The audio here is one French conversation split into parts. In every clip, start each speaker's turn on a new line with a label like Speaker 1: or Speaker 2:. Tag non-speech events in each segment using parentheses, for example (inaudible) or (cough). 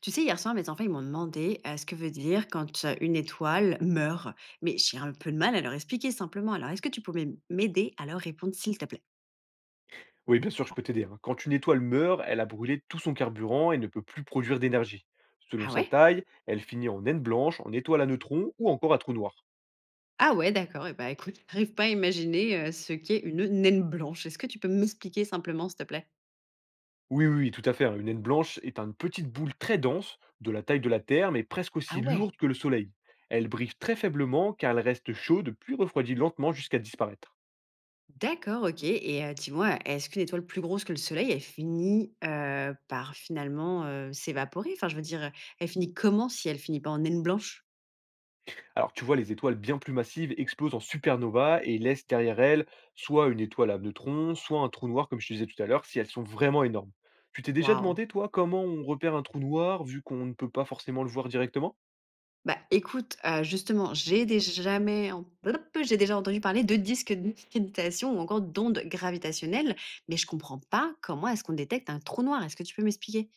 Speaker 1: Tu sais, hier soir, mes enfants, ils m'ont demandé ce que veut dire quand une étoile meurt. Mais j'ai un peu de mal à leur expliquer simplement. Alors, est-ce que tu pourrais m'aider à leur répondre, s'il te plaît?
Speaker 2: Oui, bien sûr, je peux t'aider. Hein. Quand une étoile meurt, elle a brûlé tout son carburant et ne peut plus produire d'énergie. Selon
Speaker 1: Ah
Speaker 2: sa
Speaker 1: ouais.
Speaker 2: taille, elle finit en naine blanche, en étoile à neutrons ou encore à trou noir.
Speaker 1: Ah ouais, d'accord. Et bah écoute, (laughs) j'arrive pas à imaginer ce qu'est une naine blanche. Est-ce que tu peux m'expliquer simplement, s'il te plaît?
Speaker 2: Oui, oui, oui, tout à fait. Hein. Une naine blanche est une petite boule très dense, de la taille de la Terre, mais presque
Speaker 1: Ah
Speaker 2: aussi
Speaker 1: ouais.
Speaker 2: lourde que le Soleil. Elle brille très faiblement car elle reste chaude puis refroidit lentement jusqu'à disparaître.
Speaker 1: D'accord, ok. Et dis-moi, est-ce qu'une étoile plus grosse que le Soleil, elle finit par finalement s'évaporer? Enfin, je veux dire, elle finit comment si elle finit pas en naine blanche?
Speaker 2: Alors tu vois, les étoiles bien plus massives explosent en supernova et laissent derrière elles soit une étoile à neutrons, soit un trou noir, comme je te disais tout à l'heure, si elles sont vraiment énormes. Tu t'es déjà
Speaker 1: Waouh.
Speaker 2: demandé, toi, comment on repère un trou noir vu qu'on ne peut pas forcément le voir directement?
Speaker 1: Bah, écoute, justement, j'ai dé jamais en blop, j'ai déjà entendu parler de disques de méditation ou encore d'ondes gravitationnelles, mais je comprends pas comment est-ce qu'on détecte un trou noir? Est-ce que tu peux m'expliquer?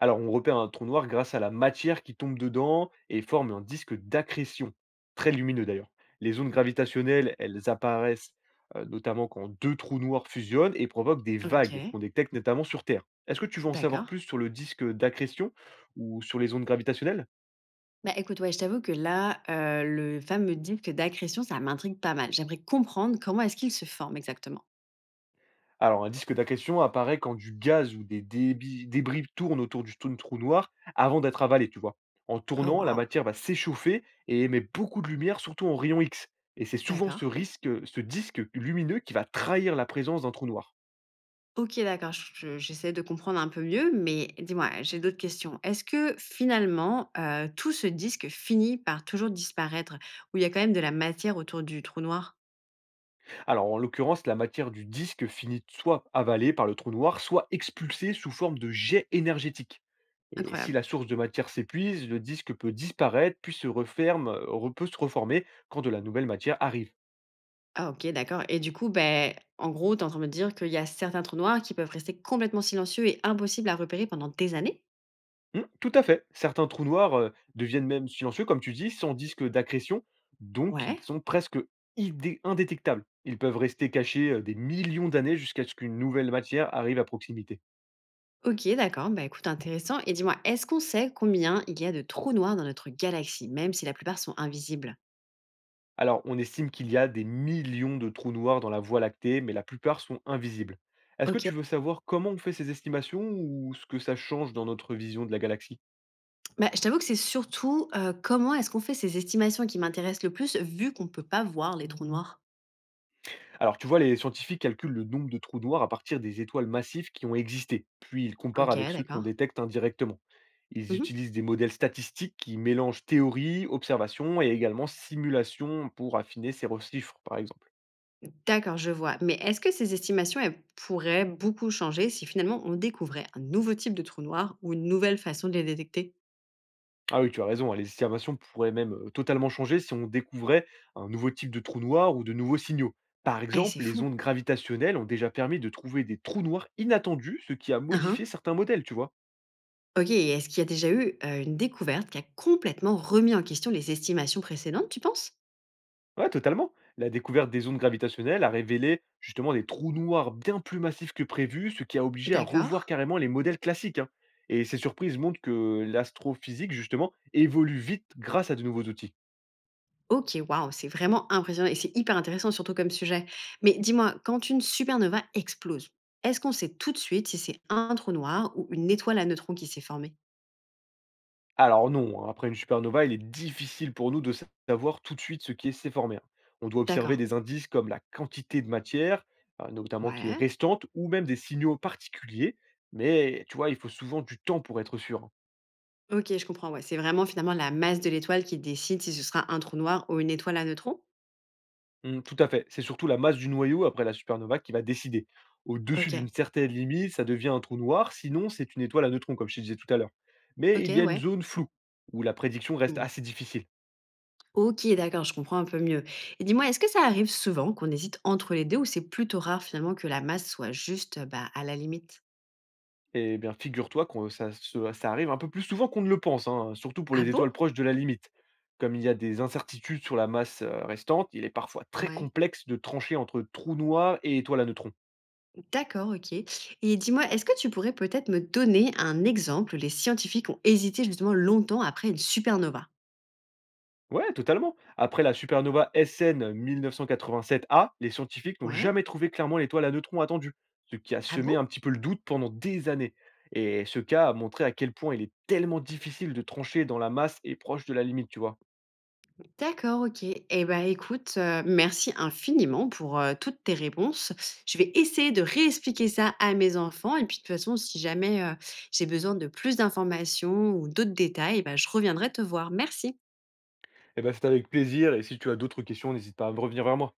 Speaker 2: Alors, on repère un trou noir grâce à la matière qui tombe dedans et forme un disque d'accrétion, très lumineux d'ailleurs. Les zones gravitationnelles, elles apparaissent notamment quand deux trous noirs fusionnent et provoquent des vagues qu'on
Speaker 1: OK,
Speaker 2: détecte notamment sur Terre. Est-ce que tu veux en savoir
Speaker 1: d'accord.
Speaker 2: plus sur le disque d'accrétion ou sur les ondes gravitationnelles?
Speaker 1: Bah, écoute, ouais, je t'avoue que là, le fameux disque d'accrétion, ça m'intrigue pas mal. J'aimerais comprendre comment est-ce qu'il se forme exactement?
Speaker 2: Alors, un disque d'accrétion apparaît quand du gaz ou débris tournent autour trou noir avant d'être avalé, tu vois. En
Speaker 1: Oh
Speaker 2: tournant, la
Speaker 1: waouh!
Speaker 2: matière va s'échauffer et émet beaucoup de lumière, surtout en rayon X. Et c'est souvent
Speaker 1: D'accord.
Speaker 2: ce disque lumineux qui va trahir la présence d'un trou noir.
Speaker 1: OK, d'accord, j'essaie de comprendre un peu mieux, mais dis-moi, j'ai d'autres questions. Est-ce que finalement, tout ce disque finit par toujours disparaître où il y a quand même de la matière autour du trou noir?
Speaker 2: Alors, en l'occurrence, la matière du disque finit soit avalée par le trou noir, soit expulsée sous forme de jet énergétique. Et si
Speaker 1: Incroyable.
Speaker 2: la source de matière s'épuise, le disque peut disparaître, puis se referme, peut se reformer quand de la nouvelle matière arrive.
Speaker 1: Ah OK, d'accord et du coup, ben, en gros, tu es en train de me dire qu'il y a certains trous noirs qui peuvent rester complètement silencieux et impossibles à repérer pendant des années?
Speaker 2: Mmh, tout à fait. Certains trous noirs, deviennent même silencieux, comme tu dis, sans disque d'accrétion, donc ils
Speaker 1: Ouais.
Speaker 2: sont presque idé indétectables. Ils peuvent rester cachés, des millions d'années jusqu'à ce qu'une nouvelle matière arrive à proximité.
Speaker 1: OK, d'accord, bah, écoute, intéressant et dis-moi, est-ce qu'on sait combien il y a de trous noirs dans notre galaxie, même si la plupart sont invisibles?
Speaker 2: Alors, on estime qu'il y a des millions de trous noirs dans la Voie lactée, mais la plupart sont invisibles. Est-ce que
Speaker 1: OK.
Speaker 2: tu veux savoir comment on fait ces estimations ou ce que ça change dans notre vision de la galaxie?
Speaker 1: Bah, je t'avoue que c'est surtout, comment est-ce qu'on fait ces estimations qui m'intéressent le plus, vu qu'on ne peut pas voir les trous noirs?
Speaker 2: Alors, tu vois, les scientifiques calculent le nombre de trous noirs à partir des étoiles massives qui ont existé, puis ils comparent
Speaker 1: OK,
Speaker 2: avec ceux qu'on
Speaker 1: d'accord.
Speaker 2: détecte indirectement. Ils
Speaker 1: Mmh.
Speaker 2: utilisent des modèles statistiques qui mélangent théorie, observation et également simulation pour affiner chiffres, par exemple.
Speaker 1: D'accord, je vois. Mais est-ce que ces estimations, elles pourraient beaucoup changer si finalement on découvrait un nouveau type de trou noir ou une nouvelle façon de les détecter?
Speaker 2: Ah oui, tu as raison, hein, les estimations pourraient même totalement changer si on découvrait un nouveau type de trou noir ou de nouveaux signaux. Par
Speaker 1: Eh, c'est
Speaker 2: exemple, les
Speaker 1: fou.
Speaker 2: ondes gravitationnelles ont déjà permis de trouver des trous noirs inattendus, ce qui a
Speaker 1: Hein,
Speaker 2: modifié
Speaker 1: hein.
Speaker 2: certains modèles, tu vois.
Speaker 1: OK et est-ce qu'il y a déjà eu, une découverte qui a complètement remis en question les estimations précédentes, tu penses?
Speaker 2: Ouais, totalement. La découverte des ondes gravitationnelles a révélé justement des trous noirs bien plus massifs que prévu, ce qui a obligé à
Speaker 1: D'accord.
Speaker 2: revoir carrément les modèles classiques. Hein. Et ces surprises montrent que l'astrophysique, justement, évolue vite grâce à de nouveaux outils.
Speaker 1: OK, waouh, c'est vraiment impressionnant et c'est hyper intéressant, surtout comme sujet. Mais dis-moi, quand une supernova explose, est-ce qu'on sait tout de suite si c'est un trou noir ou une étoile à neutrons qui s'est formée?
Speaker 2: Alors non, hein, après une supernova, il est difficile pour nous de savoir tout de suite ce qui s'est formé. Hein. On doit observer
Speaker 1: D'accord.
Speaker 2: des indices comme la quantité de matière, notamment qui est
Speaker 1: Ouais.
Speaker 2: restante, ou même des signaux particuliers. Mais tu vois, il faut souvent du temps pour être sûr. Hein.
Speaker 1: Ok, je comprends. Ouais, c'est vraiment finalement la masse de l'étoile qui décide si ce sera un trou noir ou une étoile à neutrons?
Speaker 2: Mmh, tout à fait. C'est surtout la masse du noyau après la supernova qui va décider. Au-dessus
Speaker 1: Ok.
Speaker 2: d'une certaine limite, ça devient un trou noir, sinon c'est une étoile à neutrons, comme je te disais tout à l'heure. Mais
Speaker 1: Ok,
Speaker 2: il y a une
Speaker 1: ouais.
Speaker 2: zone floue, où la prédiction reste
Speaker 1: Hmm.
Speaker 2: assez difficile.
Speaker 1: Ok, d'accord, je comprends un peu mieux. Et dis-moi, est-ce que ça arrive souvent qu'on hésite entre les deux ou c'est plutôt rare finalement que la masse soit juste bah, à la limite?
Speaker 2: Eh bien, figure-toi que ça arrive un peu plus souvent qu'on ne le pense, hein, surtout pour
Speaker 1: Ah
Speaker 2: les
Speaker 1: bon?
Speaker 2: étoiles proches de la limite. Comme il y a des incertitudes sur la masse restante, il est parfois très
Speaker 1: Ouais.
Speaker 2: complexe de trancher entre trou noir et étoile à neutrons.
Speaker 1: D'accord, OK. Et dis-moi, est-ce que tu pourrais peut-être me donner un exemple où les scientifiques ont hésité justement longtemps après une supernova?
Speaker 2: Ouais, totalement. Après la supernova SN 1987A, les scientifiques n'ont
Speaker 1: Ouais.
Speaker 2: jamais trouvé clairement l'étoile à neutrons attendue, ce qui a
Speaker 1: Ah
Speaker 2: semé un
Speaker 1: bon?
Speaker 2: petit peu le doute pendant des années. Et ce cas a montré à quel point il est tellement difficile de trancher dans la masse et proche de la limite, tu vois.
Speaker 1: D'accord, OK. Eh ben, écoute, merci infiniment pour, toutes tes réponses. Je vais essayer de réexpliquer ça à mes enfants et puis de toute façon, si jamais, j'ai besoin de plus d'informations ou d'autres détails, eh ben je reviendrai te voir. Merci.
Speaker 2: Eh ben, c'est avec plaisir, et si tu as d'autres questions, n'hésite pas à me revenir vers moi.